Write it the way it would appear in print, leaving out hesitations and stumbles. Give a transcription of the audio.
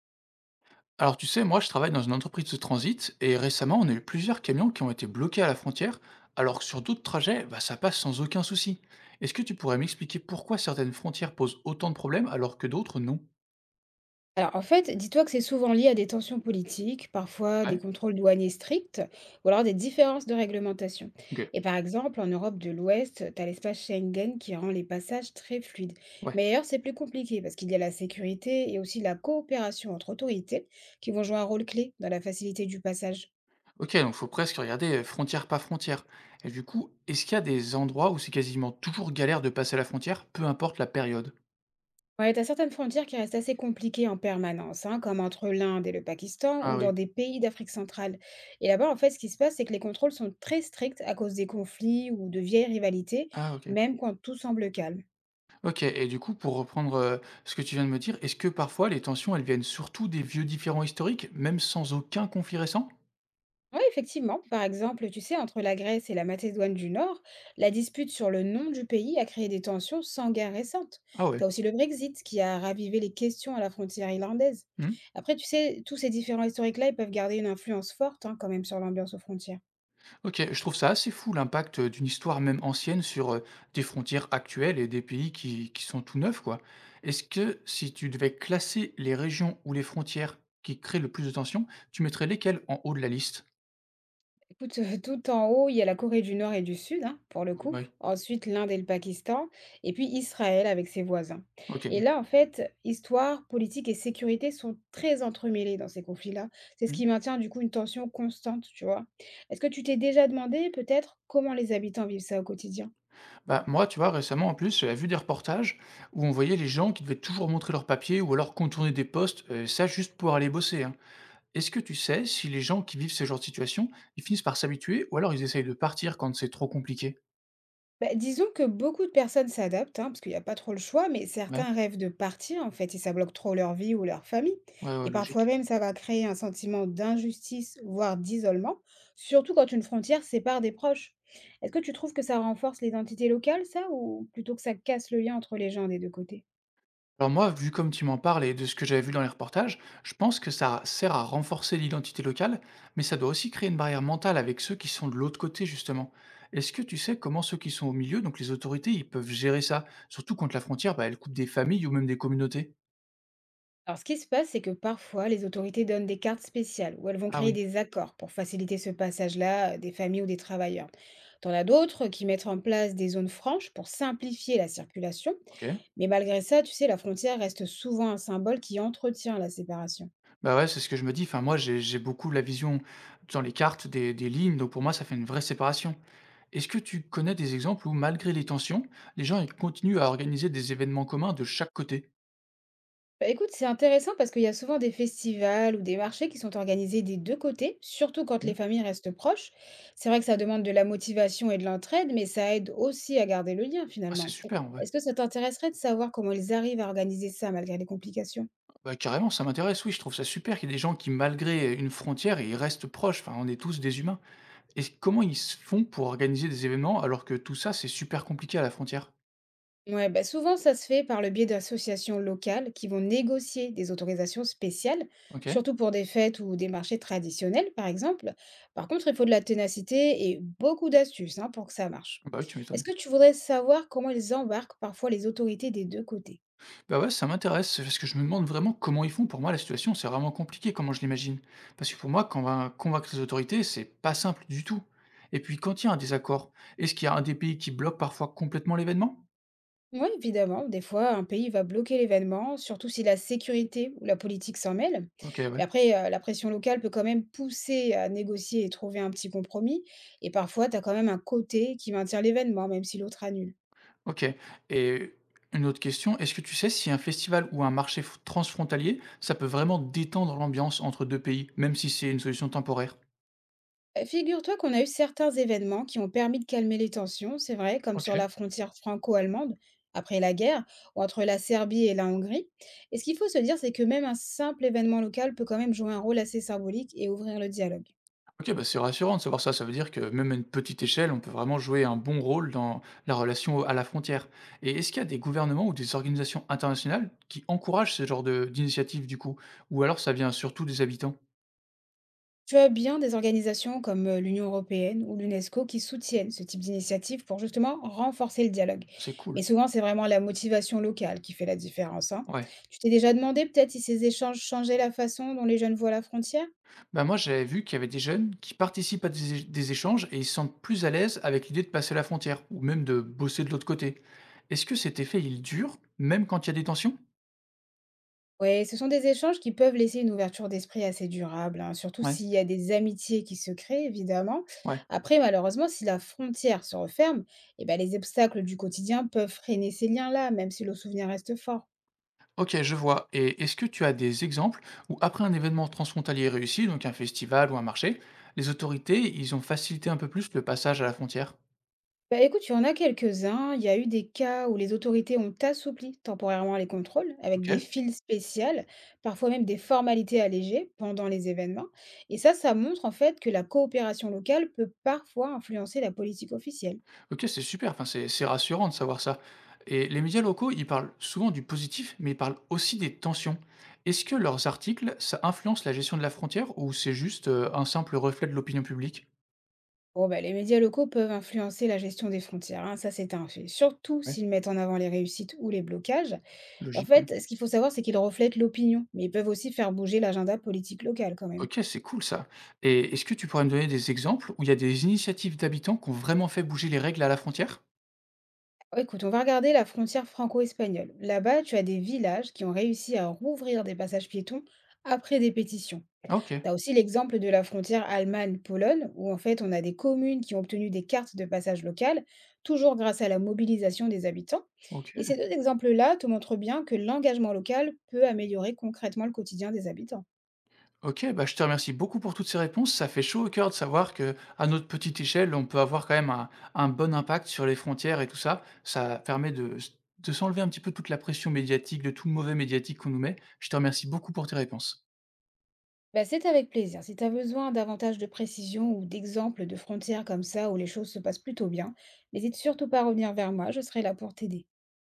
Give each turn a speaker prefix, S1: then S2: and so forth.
S1: Alors tu sais, moi je travaille dans une entreprise de transit et récemment on a eu plusieurs camions qui ont été bloqués à la frontière, alors que sur d'autres trajets, bah, ça passe sans aucun souci. Est-ce que tu pourrais m'expliquer pourquoi certaines frontières posent autant de problèmes alors que d'autres non?
S2: Alors, en fait, dis-toi que c'est souvent lié à des tensions politiques, parfois des
S1: Ouais,
S2: contrôles douaniers stricts, ou alors des différences de réglementation.
S1: ok.
S2: Et par exemple, en Europe de l'Ouest, tu as l'espace Schengen qui rend les passages très fluides.
S1: Ouais.
S2: Mais ailleurs, c'est plus compliqué parce qu'il y a la sécurité et aussi la coopération entre autorités qui vont jouer un rôle clé dans la facilité du passage.
S1: Ok, donc faut presque regarder frontière par frontière. Et du coup, est-ce qu'il y a des endroits où c'est quasiment toujours galère de passer la frontière, peu importe la période?
S2: Ouais, t'as certaines frontières qui restent assez compliquées en permanence, hein, comme entre l'Inde et le Pakistan ou
S1: Ah
S2: dans
S1: oui.
S2: des pays d'Afrique centrale. Et là-bas, en fait, ce qui se passe, c'est que les contrôles sont très stricts à cause des conflits ou de vieilles rivalités,
S1: Ah ok.
S2: même quand tout semble calme.
S1: OK et du coup, pour reprendre, ce que tu viens de me dire, est-ce que parfois les tensions, elles viennent surtout des vieux différends historiques, même sans aucun conflit récent?
S2: Oui, effectivement. Par exemple, tu sais, entre la Grèce et la Macédoine du Nord, la dispute sur le nom du pays a créé des tensions sans guerre récente.
S1: Ah ouais.
S2: T'as aussi le Brexit qui a ravivé les questions à la frontière irlandaise.
S1: Mmh.
S2: Après, tu sais, tous ces différents historiques-là, ils peuvent garder une influence forte, hein, quand même, sur l'ambiance aux frontières.
S1: OK, je trouve ça assez fou l'impact, d'une histoire même ancienne sur, des frontières actuelles et des pays qui sont tout neufs, quoi. Est-ce que si tu devais classer les régions ou les frontières qui créent le plus de tensions, tu mettrais lesquelles en haut de la liste?
S2: Écoute, tout en haut, il y a la Corée du Nord et du Sud, hein, pour le coup.
S1: Oui.
S2: Ensuite, l'Inde et le Pakistan et puis Israël avec ses voisins,
S1: OK,
S2: et
S1: oui.
S2: là, en fait, histoire, politique et sécurité sont très entremêlés dans ces conflits-là. C'est ce
S1: Mmh.
S2: qui maintient, du coup, une tension constante, tu vois? Est-ce que tu t'es déjà demandé, peut-être, comment les habitants vivent ça au quotidien?
S1: Bah, moi, tu vois, récemment, en plus, j'avais vu des reportages où on voyait les gens qui devaient toujours montrer leurs papiers ou alors contourner des postes, ça juste pour aller bosser, hein. Est-ce que tu sais si les gens qui vivent ce genre de situation, ils finissent par s'habituer ou alors ils essayent de partir quand c'est trop compliqué?
S2: Bah, disons que beaucoup de personnes s'adaptent, hein, parce qu'il n'y a pas trop le choix, mais
S1: Ouais,
S2: certains rêvent de partir, en fait, et ça bloque trop leur vie ou leur famille.
S1: ouais, ouais,
S2: Et parfois
S1: logique.
S2: même, ça va créer un sentiment d'injustice, voire d'isolement, surtout quand une frontière sépare des proches. Est-ce que tu trouves que ça renforce l'identité locale, ça, ou plutôt que ça casse le lien entre les gens des deux côtés?
S1: Alors moi, vu comme tu m'en parles et de ce que j'avais vu dans les reportages, je pense que ça sert à renforcer l'identité locale, mais ça doit aussi créer une barrière mentale avec ceux qui sont de l'autre côté, justement. Est-ce que tu sais comment ceux qui sont au milieu, donc les autorités, ils peuvent gérer ça? Surtout quand la frontière, bah, elle coupe des familles ou même des communautés.
S2: Alors, ce qui se passe, c'est que parfois, les autorités donnent des cartes spéciales ou elles vont
S1: Ah
S2: créer
S1: oui.
S2: des accords pour faciliter ce passage-là des familles ou des travailleurs. T'en as d'autres qui mettent en place des zones franches pour simplifier la circulation.
S1: Ok.
S2: Mais malgré ça, tu sais, la frontière reste souvent un symbole qui entretient la séparation.
S1: Bah ouais, c'est ce que je me dis. Enfin, moi, j'ai beaucoup la vision dans les cartes des lignes, donc pour moi, ça fait une vraie séparation. Est-ce que tu connais des exemples où, malgré les tensions, les gens ils continuent à organiser des événements communs de chaque côté?
S2: Bah, écoute, c'est intéressant parce qu'il y a souvent des festivals ou des marchés qui sont organisés des deux côtés, surtout quand
S1: Ok.
S2: les familles restent proches. C'est vrai que ça demande de la motivation et de l'entraide, mais ça aide aussi à garder le lien
S1: Ah,
S2: finalement.
S1: c'est super, ouais.
S2: Est-ce que ça t'intéresserait de savoir comment ils arrivent à organiser ça malgré les complications?
S1: Bah, carrément, ça m'intéresse, oui, je trouve ça super qu'il y ait des gens qui, malgré une frontière, ils restent proches, enfin, on est tous des humains. Et comment ils se font pour organiser des événements alors que tout ça, c'est super compliqué à la frontière?
S2: Ouais, bah souvent, ça se fait par le biais d'associations locales qui vont négocier des autorisations spéciales,
S1: OK.
S2: surtout pour des fêtes ou des marchés traditionnels, par exemple. Par contre, il faut de la ténacité et beaucoup d'astuces, hein, pour que ça marche.
S1: Bah, oui, tu
S2: Est-ce
S1: m'étonnes.
S2: que tu voudrais savoir comment ils embarquent parfois les autorités des deux côtés?
S1: Bah, ouais, ça m'intéresse parce que je me demande vraiment comment ils font. Pour moi, la situation, c'est vraiment compliqué comment je l'imagine. Parce que pour moi, quand on va convaincre les autorités, c'est pas simple du tout. Et puis, quand il y a un désaccord, est-ce qu'il y a un des pays qui bloque parfois complètement l'événement?
S2: Oui, évidemment, des fois, un pays va bloquer l'événement, surtout si la sécurité ou la politique s'en mêle.
S1: OK,
S2: Mais
S1: ouais.
S2: après, la pression locale peut quand même pousser à négocier et trouver un petit compromis. Et parfois, tu as quand même un côté qui maintient l'événement, même si l'autre annule.
S1: OK et une autre question, est-ce que tu sais si un festival ou un marché f transfrontalier, ça peut vraiment détendre l'ambiance entre 2 pays, même si c'est une solution temporaire?
S2: Figure-toi qu'on a eu certains événements qui ont permis de calmer les tensions, c'est vrai, comme sur la
S1: OK.
S2: frontière franco-allemande après la guerre, ou entre la Serbie et la Hongrie. Et ce qu'il faut se dire, c'est que même un simple événement local peut quand même jouer un rôle assez symbolique et ouvrir le dialogue.
S1: OK, bah, c'est rassurant de savoir ça, ça veut dire que même à une petite échelle, on peut vraiment jouer un bon rôle dans la relation au- à la frontière et est-ce qu'il y a des gouvernements ou des organisations internationales qui encouragent ce genre de d'initiative du coup? Ou alors ça vient surtout des habitants?
S2: Tu as bien des organisations comme l'Union européenne ou l'UNESCO qui soutiennent ce type d'initiative pour justement renforcer le dialogue.
S1: C'est
S2: Mais
S1: cool,
S2: souvent, c'est vraiment la motivation locale qui fait la différence, hein.
S1: ouais.
S2: Tu t'es déjà demandé peut-être si ces échanges changeaient la façon dont les jeunes voient la frontière?
S1: Bah, moi, j'avais vu qu'il y avait des jeunes qui participent à des échanges et ils se sentent plus à l'aise avec l'idée de passer la frontière ou même de bosser de l'autre côté. Est-ce que cet effet, il dure même quand il y a des tensions?
S2: Oui, ce sont des échanges qui peuvent laisser une ouverture d'esprit assez durable, hein, surtout
S1: Ouais.
S2: s'il y a des amitiés qui se créent, évidemment.
S1: Ouais.
S2: Après, malheureusement, si la frontière se referme, eh ben, les obstacles du quotidien peuvent freiner ces liens-là, même si le souvenir reste fort.
S1: Ok, je vois. Et est-ce que tu as des exemples où après un événement transfrontalier réussi, donc un festival ou un marché, les autorités, ils ont facilité un peu plus le passage à la frontière?
S2: Bah écoute, il y en a quelques-uns. Il y a eu des cas où les autorités ont assoupli temporairement les contrôles avec des
S1: Ok.
S2: files spéciales, parfois même des formalités allégées pendant les événements. Et ça montre en fait que la coopération locale peut parfois influencer la politique officielle.
S1: OK, c'est super, enfin, c'est rassurant de savoir ça et les médias locaux, ils parlent souvent du positif, mais ils parlent aussi des tensions. Est-ce que leurs articles, ça influence la gestion de la frontière ou c'est juste, un simple reflet de l'opinion publique?
S2: Bon, bah, les médias locaux peuvent influencer la gestion des frontières, hein, ça c'est un fait, surtout
S1: Ouais,
S2: s'ils mettent en avant les réussites ou les blocages. Et en
S1: logique, ouais.
S2: fait, ce qu'il faut savoir, c'est qu'ils reflètent l'opinion, mais ils peuvent aussi faire bouger l'agenda politique local quand même.
S1: OK, c'est cool ça et est-ce que tu pourrais me donner des exemples où il y a des initiatives d'habitants qui ont vraiment fait bouger les règles à la frontière?
S2: Écoute, on va regarder la frontière franco-espagnole. Là-bas, tu as des villages qui ont réussi à rouvrir des passages piétons après des pétitions.
S1: Ah OK,
S2: Tu as aussi l'exemple de la frontière Allemagne-Pologne, où en fait on a des communes qui ont obtenu des cartes de passage locales, toujours grâce à la mobilisation des habitants.
S1: OK.
S2: Et ces deux exemples-là te montrent bien que l'engagement local peut améliorer concrètement le quotidien des habitants.
S1: OK, bah, je te remercie beaucoup pour toutes ces réponses. Ça fait chaud au cœur de savoir que à notre petite échelle, on peut avoir quand même un bon impact sur les frontières et tout ça. Ça permet de s'enlever un petit peu toute la pression médiatique, de tout le mauvais médiatique qu'on nous met. Je te remercie beaucoup pour tes réponses.
S2: Bah, c'est avec plaisir. Si tu as besoin davantage de précisions ou d'exemples de frontières comme ça où les choses se passent plutôt bien, n'hésite surtout pas à revenir vers moi, je serai là pour t'aider.